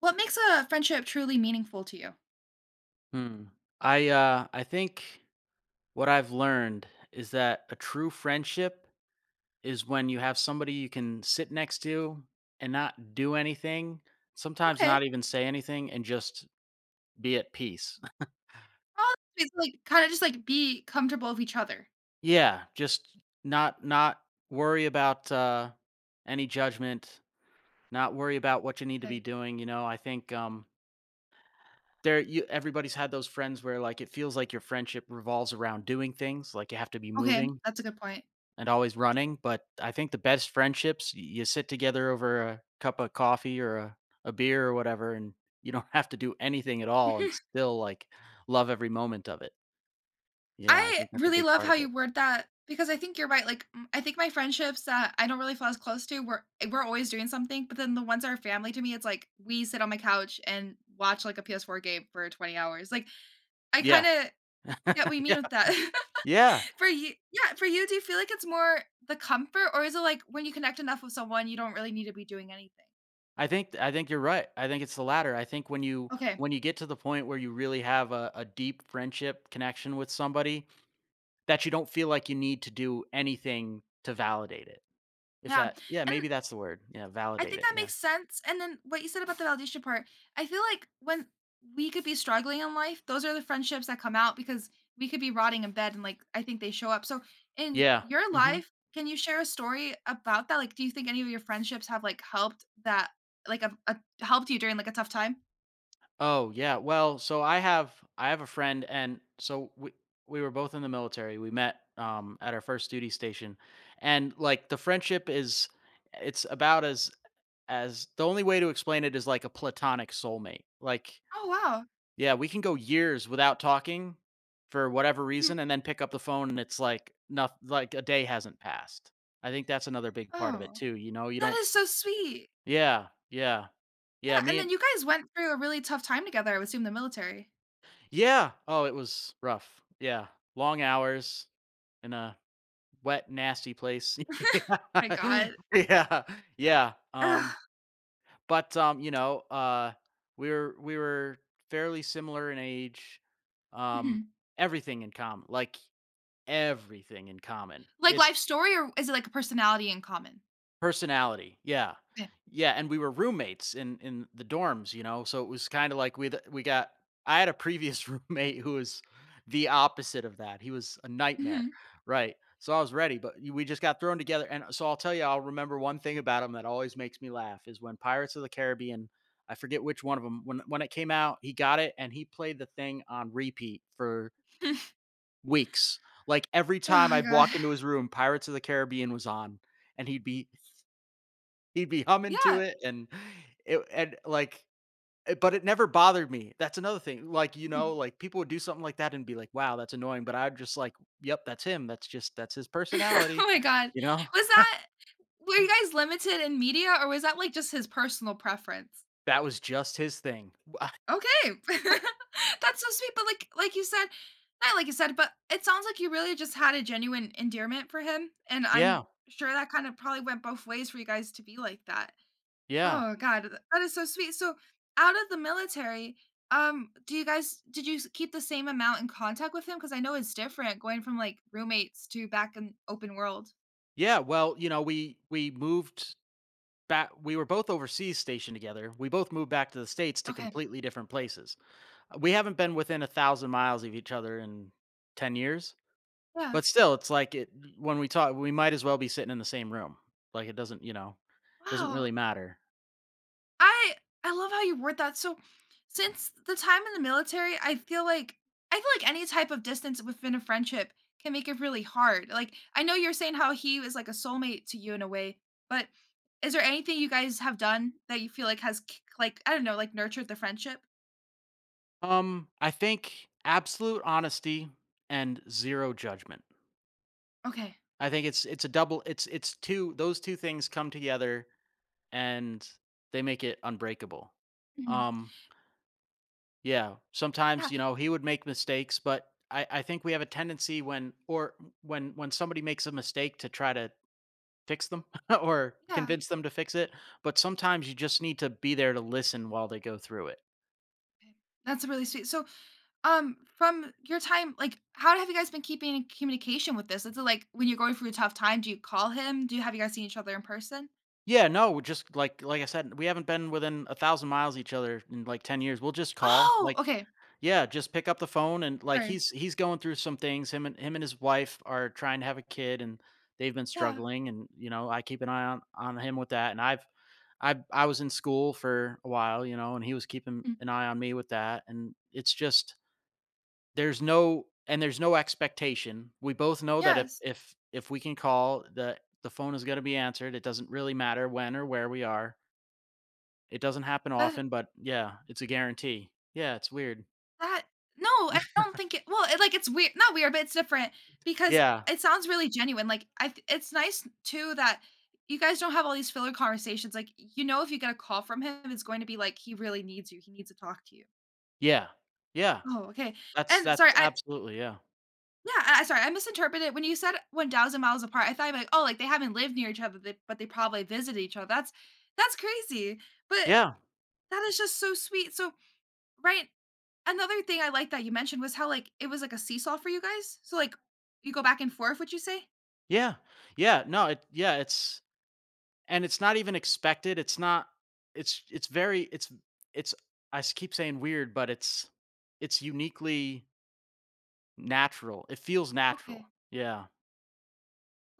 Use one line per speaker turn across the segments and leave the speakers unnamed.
What makes a friendship truly meaningful to you?
Hmm. I think what I've learned is that a true friendship is when you have somebody you can sit next to and not do anything, sometimes
Okay.
not even say anything and just be at peace.
Oh, it's like kinda just, like, be comfortable with each other.
Yeah, just not worry about any judgment, not worry about what you need to be
Okay.
doing. I think there you everybody's had those friends where like it feels like your friendship revolves around doing things, like you have to be
Okay,
moving
that's a good point.
and always running, but I think the best friendships, you sit together over a cup of coffee or a beer or whatever, and you don't have to do anything at all and still like love every moment of it. Yeah, I
I
think that's a
really
big
love
part of
how
it.
you word that because I think you're right, like, I think my friendships that I don't really feel as close to, we're always doing something, but then the ones that are family to me, it's like we sit on my couch and watch, like, a PS4 game for 20 hours. Like, I
Yeah.
kinda. Yeah, we mean
Yeah.
with that.
Yeah.
For you yeah, for you, do you feel like it's more the comfort, or is it like when you connect enough with someone, you don't really need to be doing anything?
I think you're right. I think it's the latter. I think when you
Okay,
when you get to the point where you really have a deep friendship connection with somebody that you don't feel like you need to do anything to validate it. If
yeah,
that Yeah,
and
maybe that's the word. Yeah,
I
validate
think
it.
that
Yeah.
makes sense, and then what you said about the validation part, I feel like when we could be struggling in life, those are the friendships that come out because we could be rotting in bed and, like, I think they show up. So in
Yeah.
your
Mm-hmm.
life, can you share a story about that? Like, do you think any of your friendships have, like, helped that, like, a helped you during, like, a tough time?
Oh yeah. Well, so I have a friend and so we were both in the military. We met
Okay.
at our first duty station, and like the friendship is it's about as the only way to explain it is like a platonic soulmate. Like
Oh, wow.
yeah, we can go years without talking for whatever
Mhm.
reason and then pick up the phone and it's like nothing, like a day hasn't passed. I think that's another big part of it
Oh,
too, you know. You
that
don't
is so sweet.
Yeah, yeah. Yeah,
Yeah, and
me and
then you guys went through a really tough time together, I would assume the military.
Yeah. Oh, it was rough. Yeah. Long hours in a wet, nasty place.
Oh my
Yeah.
god.
Yeah. Yeah.
Ugh.
But we were fairly similar in age. Um,
Mhm.
Everything in common, like everything in common.
Like,
It
life story, or is it, like, a personality in common?
Personality, yeah.
Okay.
Yeah, and we were roommates in the dorms, so it was kinda like we got I had a previous roommate who was the opposite of that. He was a nightmare,
Mhm.
right, so I was ready, but we just got thrown together, and so I'll tell you, I'll remember one thing about him that always makes me laugh is when Pirates of the Caribbean, I forget which one of them, when it came out, he got it and he played the thing on repeat for weeks. Like, every
Oh
time
my
I'd
god.
walk into his room, Pirates of the Caribbean was on, and he'd be humming to
Yeah.
it and like but it never bothered me. That's another thing. Like,
Mhm.
like people would do something like that and be like, "Wow, that's annoying," but I'm just like, "Yep, that's him. That's his
Oh
personality."
my god.
You know?
Was that, were you guys limited in media, or was that, like, just his personal preference?
That was just his thing. Wha
Okay. That's so sweet, but like you said, not like you said, but it sounds like you really just had a genuine endearment for him, and
Yeah,
I'm sure that kind of probably went both ways for you guys to be like that.
yeah.
Oh god, that is so sweet. So, out of the military, do you guys, did you keep the same amount in contact with him? Because I know it's different going from like roommates to back in open world.
Yeah, well, we moved back we were both overseas stationed together. We both moved back to the States to
Okay.
completely different places. We haven't been within 1,000 miles of each other in 10 years.
Yeah.
But still, it's like it when we talk, we might as well be sitting in the same room. Like it doesn't, doesn't
Wow.
really matter.
I I love how you word that. So, since the time in the military, I feel like any type of distance within a friendship can make it really hard. Like, I know you're saying how he is like a soulmate to you in a way, but is there anything you guys have done that you feel like has like, I don't know, like nurtured the friendship?
I think absolute honesty and zero judgment.
Okay.
I think it's a double. It's two. Those two things come together and they make it unbreakable.
Mhm.
Um, yeah. Sometimes
Yeah.
he would make mistakes, but I think we have a tendency when or when somebody makes a mistake to try to fix them or
Yeah.
convince them to fix it, but sometimes you just need to be there to listen while they go through it.
Okay. That's really sweet. So, from your time, like, how have you guys been keeping in communication with this? Is it like when you're going through a tough time, do you call him? Do you, have you guys seen each other in person?
Yeah, no, we're just like I said, we haven't been within 1,000 miles of each other in like 10 years. We'll just call.
Oh,
Like,
okay.
yeah, just pick up the phone and like
Sorry.
he's going through some things. Him and his wife are trying to have a kid and they've been
Yeah.
struggling and I keep an eye on him with that. And I was in school for a while, and he was keeping
Mm.
an eye on me with that. And it's just, there's no expectation. We both know that if
Yes.
if if we can call, the phone is gonna be answered. It doesn't really matter when or where we are. It doesn't happen
That
often, but yeah, it's a guarantee. Yeah, it's weird.
that no, I don't think it, well, it, like, it's weird, not weird, but it's different because
Yeah.
it sounds really genuine, like, I th it's nice too that you guys don't have all these filler conversations, like, you know if you get a call from him, it's going to be like, he really needs you, he needs to talk to you.
Yeah. Yeah.
Oh, okay.
That's
And sorry,
that's
I
absolutely, yeah.
yeah, I sorry, I misinterpreted when you said 1,000 miles apart, I thought you meant, oh, like, they haven't lived near each other, they but they probably visit each other, that's crazy, but
Yeah,
that is just so sweet, so. Right. Another thing I like that you mentioned was how, like, it was like a seesaw for you guys? So, like, you go back and forth, would you say?
yeah, yeah, no, it yeah, it's not even expected, it's not, it's very, it's I s keep saying weird, but it's uniquely natural. It feels natural.
Okay.
Yeah.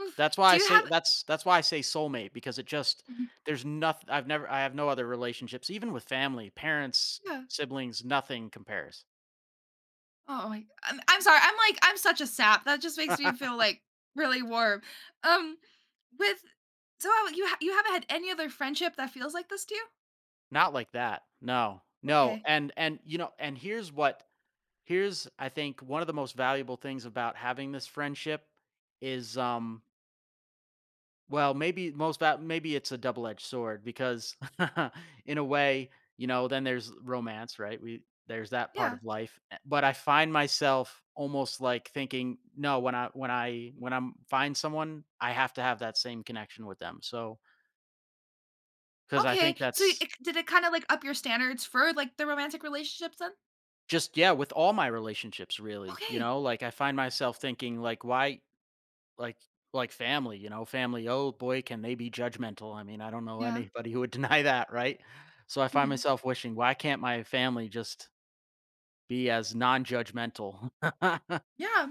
Oof. Do you have.
That's why I say soulmate because it just
Mhm.
there's nothing. I have no other relationships, even with family, parents,
Yeah.
siblings, nothing compares.
Oh, my, I'm sorry. I'm like, I'm such a sap. That just makes me feel, like, really warm. Um, with so how you ha you haven't had any other friendship that feels like this to you?
Not like that. No. No,
Okay.
and here's what here's I think one of the most valuable things about having this friendship is Well, maybe most va maybe it's a double-edged sword because in a way, then there's romance, right? We There's that part
Yeah.
of life, but I find myself almost, like, thinking, "No, when I'm find someone, I have to have that same connection with them." So, because I
Okay.
think
So
that's
it did, it kinda, like, up your standards for, like, the romantic relationships then?
just yeah, with all my relationships, really, you
Okay.
know? Like, I find myself thinking, like, "Why." Like like family, oh boy, can they be judgmental. I mean, I don't know
Yeah.
anybody who would deny that, right? So I find
Mhm.
myself wishing, why can't my family just be as non-judgmental?
Yeah.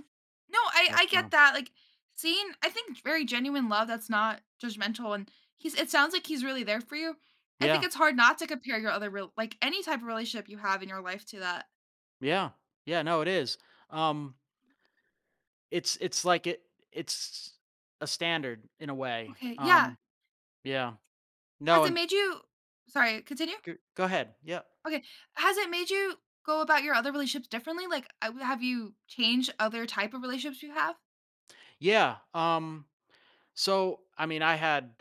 No,
Like,
I get that, like, seeing I think very genuine love that's not judgmental, and he's, it sounds like he's really there for you. I
yeah,
think it's hard not to compare your other, real like, any type of relationship you have in your life to that.
yeah, yeah. No, it is. Um, it's like it's a standard in a way.
Okay, yeah.
Yeah. No,
Has it
and
made you, sorry, continue?
go ahead. Yeah,
Okay. Has it made you go about your other relationships differently? Like, I w have you changed other type of relationships you have?
yeah. So I mean, I had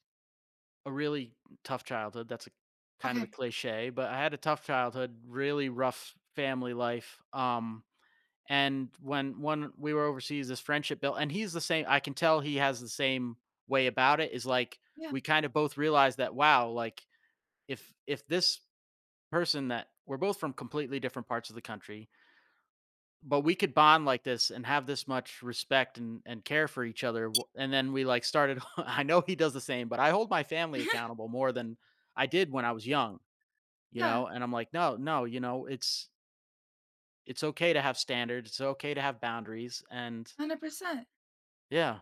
a really tough childhood. That's a kind of a
Okay.
cliche, but I had a tough childhood, really rough family life. And when we were overseas, this friendship built and he's the same I can tell he has the same way about it, is, like,
Yeah.
we kind of both realized that, wow, like, if this person that we're both from completely different parts of the country but we could bond like this and have this much respect and care for each other, and then we like started. I know he does the same but I hold my family accountable more than I did when I was young,
Yeah,
and I'm like, no, no, it's okay to have standards. It's okay to have boundaries. And
100%.
yeah,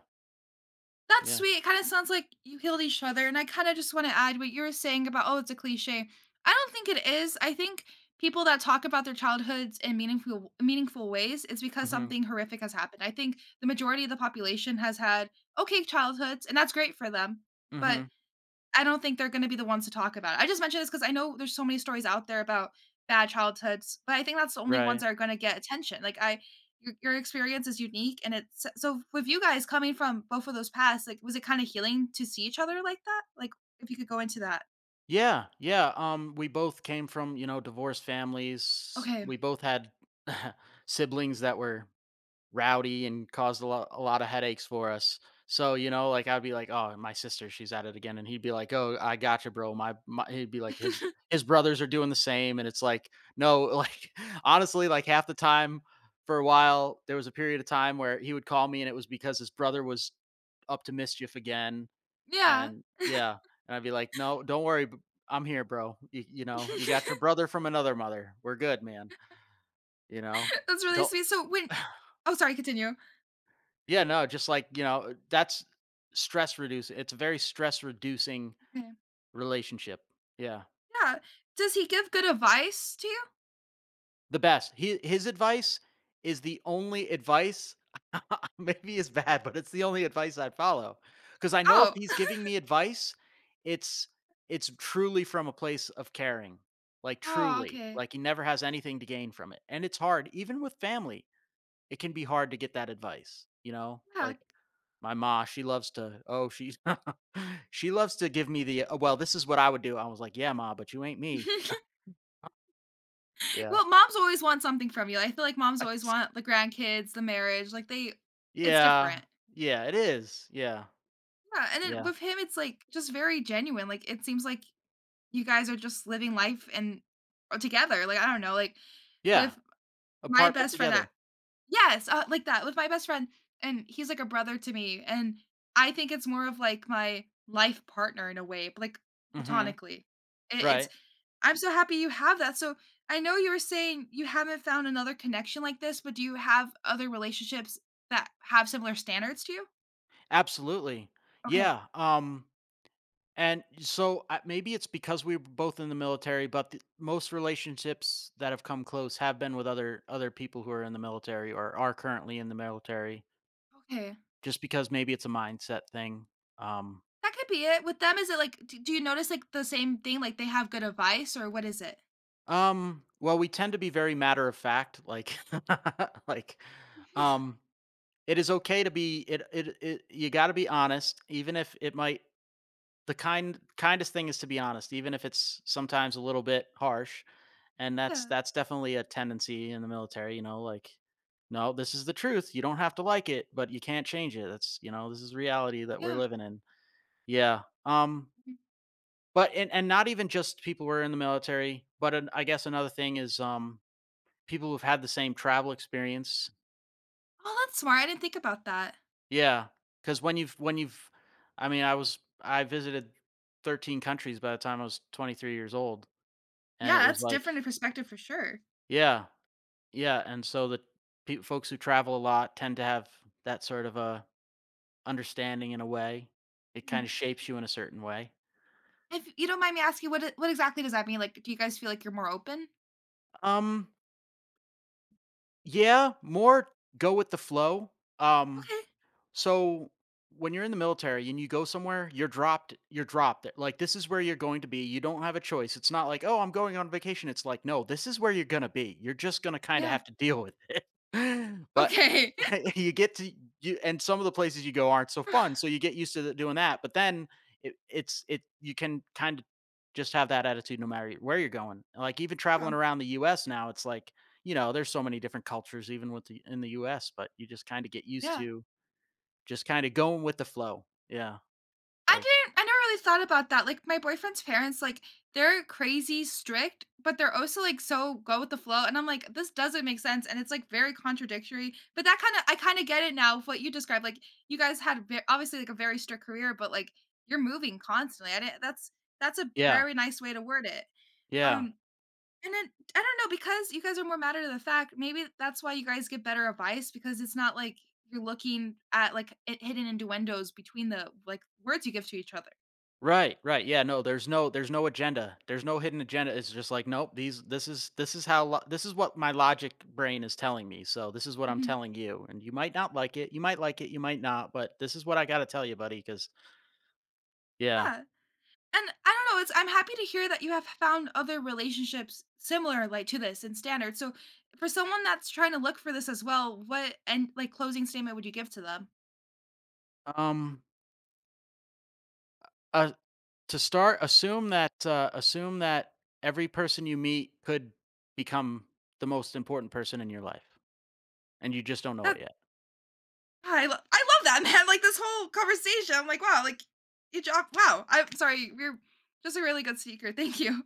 That's
yeah.
sweet. It kind of sounds like you healed each other. And I kind of just want to add what you were saying about, oh, it's a cliche. I don't think it is. I think people that talk about their childhoods in meaningful ways is because
Mhm.
something horrific has happened. I think the majority of the population has had okay childhoods, and that's great for them. But
Mhm.
I don't think they're gonna be the ones to talk about it. I just mentioned this because I know there's so many stories out there about bad childhoods, but I think that's the only ones
Right,
that are gonna get attention. Like, I, your experience is unique, and it's so with you guys coming from both of those paths, like, was it kinda healing to see each other like that? Like, if you could go into that.
yeah, yeah. We both came from, divorced families.
Okay.
We both had siblings that were rowdy and caused a lot of headaches for us. So, like I'd be like, "Oh, my sister, she's at it again," and he'd be like, "Oh, I gotcha, bro." My He'd be like, his his brothers are doing the same, and it's like, no, like honestly, like half the time for a while, there was a period of time where he would call me, and it was because his brother was up to mischief again,
Yeah.
and yeah, and I'd be like, "No, don't worry, I'm here, bro. You, you got your brother from another mother. We're good, man. You know,
That's really
don't."
sweet. So when. Oh, sorry, continue.
Yeah, no, just like, that's stress reducing. It's a very stress reducing
Okay.
relationship. Yeah.
Yeah. Does he give good advice to you?
The best. His advice is the only advice. Maybe it's bad, but it's the only advice I'd follow. Cause I know if
Oh.
he's giving me advice, it's, it's truly from a place of caring, like
Oh,
truly,
okay.
like he never has anything to gain from it. And it's hard, even with family, it can be hard to get that advice,
Yeah.
like my ma, she loves to, oh, she's she loves to give me the, "Oh, well, this is what I would do." I was like, "Yeah, ma, but you ain't me." Yeah.
Well, moms always want something from you. I feel like moms always want the grandkids, the marriage, like they, it's
Yeah.
different.
Yeah, it is. Yeah.
Yeah, and then
Yeah.
with him it's like just very genuine. Like it seems like you guys are just living life and together. Like I don't know, like
Yeah.
with my
Apart but
best friend
together.
that. Yes, like that with my best friend, and he's like a brother to me, and I think it's more of like my life partner in a way, but like
Mhm.
platonically. It, it's
Right.
I'm so happy you have that. So I know you were saying you haven't found another connection like this, but do you have other relationships that have similar standards to you?
Absolutely.
Okay,
Yeah, and so, I maybe it's because we were both in the military, but the most relationships that have come close have been with other people who are in the military or are currently in the military,
okay,
just because maybe it's a mindset thing. Um
that could be it. With them, is it like, do you notice like the same thing? Like they have good advice, or what is it?
Well, we tend to be very matter of fact, like like um it is okay to be, it you got to be honest even if it might. The kindest thing is to be honest even if it's sometimes a little bit harsh, and that's
Yeah,
that's definitely a tendency in the military, like no, this is the truth. You don't have to like it, but you can't change it. This is reality that we're
yeah.
living in. Yeah.
Mhm.
But and not even just people who are in the military, but I guess another thing is people who've had the same travel experience.
Oh, that's smart. I didn't think about that.
Yeah. Because when you've I mean, I visited 13 countries by the time I was 23 years old, and
Yeah,
it was
that's
like,
different perspective for sure.
yeah, yeah, and so the pe folks who travel a lot tend to have that sort of a understanding in a way. It kinda
Mm.
shapes you in a certain way.
If you don't mind me asking, what exactly does that mean? Like, do you guys feel like you're more open?
Um, yeah, more go with the flow. Um
Okay.
So when you're in the military and you go somewhere, you're dropped. You're dropped there. Like this is where you're going to be. You don't have a choice. It's not like, oh, I'm going on vacation. It's like, no, this is where you're gonna be. You're just gonna kind of
Yeah.
have to deal with it. But
Okay.
you get to you, and some of the places you go aren't so fun. So you get used to doing that. But then it, it's it you can kind of just have that attitude no matter where you're going. Like even
Yeah.
traveling around the U.S. now, it's like there's so many different cultures even with the in the U.S. But you just kind of get used
Yeah.
to just kinda going with the flow. Yeah,
I
like.
didn't, I never really thought about that. Like my boyfriend's parents, like they're crazy strict, but they're also like so go with the flow. And I'm like, this doesn't make sense. And it's like very contradictory. But that kind of, I kind of get it now with what you described, like you guys had obviously like a very strict career, but like you're moving constantly. I didn't, that's a
Yeah,
very nice way to word it.
yeah.
Um, And then I don't know, because you guys are more matter of the fact, maybe that's why you guys get better advice because it's not like you're looking at like it hidden innuendos between the like words you give to each other.
Right, right, yeah, no, there's no agenda. There's no hidden agenda, it's just like, "Nope, these this is how lo this is what my logic brain is telling me, so this is what I'm
Mhm.
telling you, and you might not like it, you might like it, you might not, but this is what I gotta tell you, buddy." Because Yeah.
Yeah. And I don't know, it's, I'm happy to hear that you have found other relationships similar like to this in standards. So for someone that's trying to look for this as well, what and like closing statement would you give to them?
Um, uh, to start, assume that every person you meet could become the most important person in your life, and you just don't know it
That,
yet.
I love that. Man. Like this whole conversation. I'm like, wow, like you job, wow. I'm sorry, you're just a really good speaker. Thank you.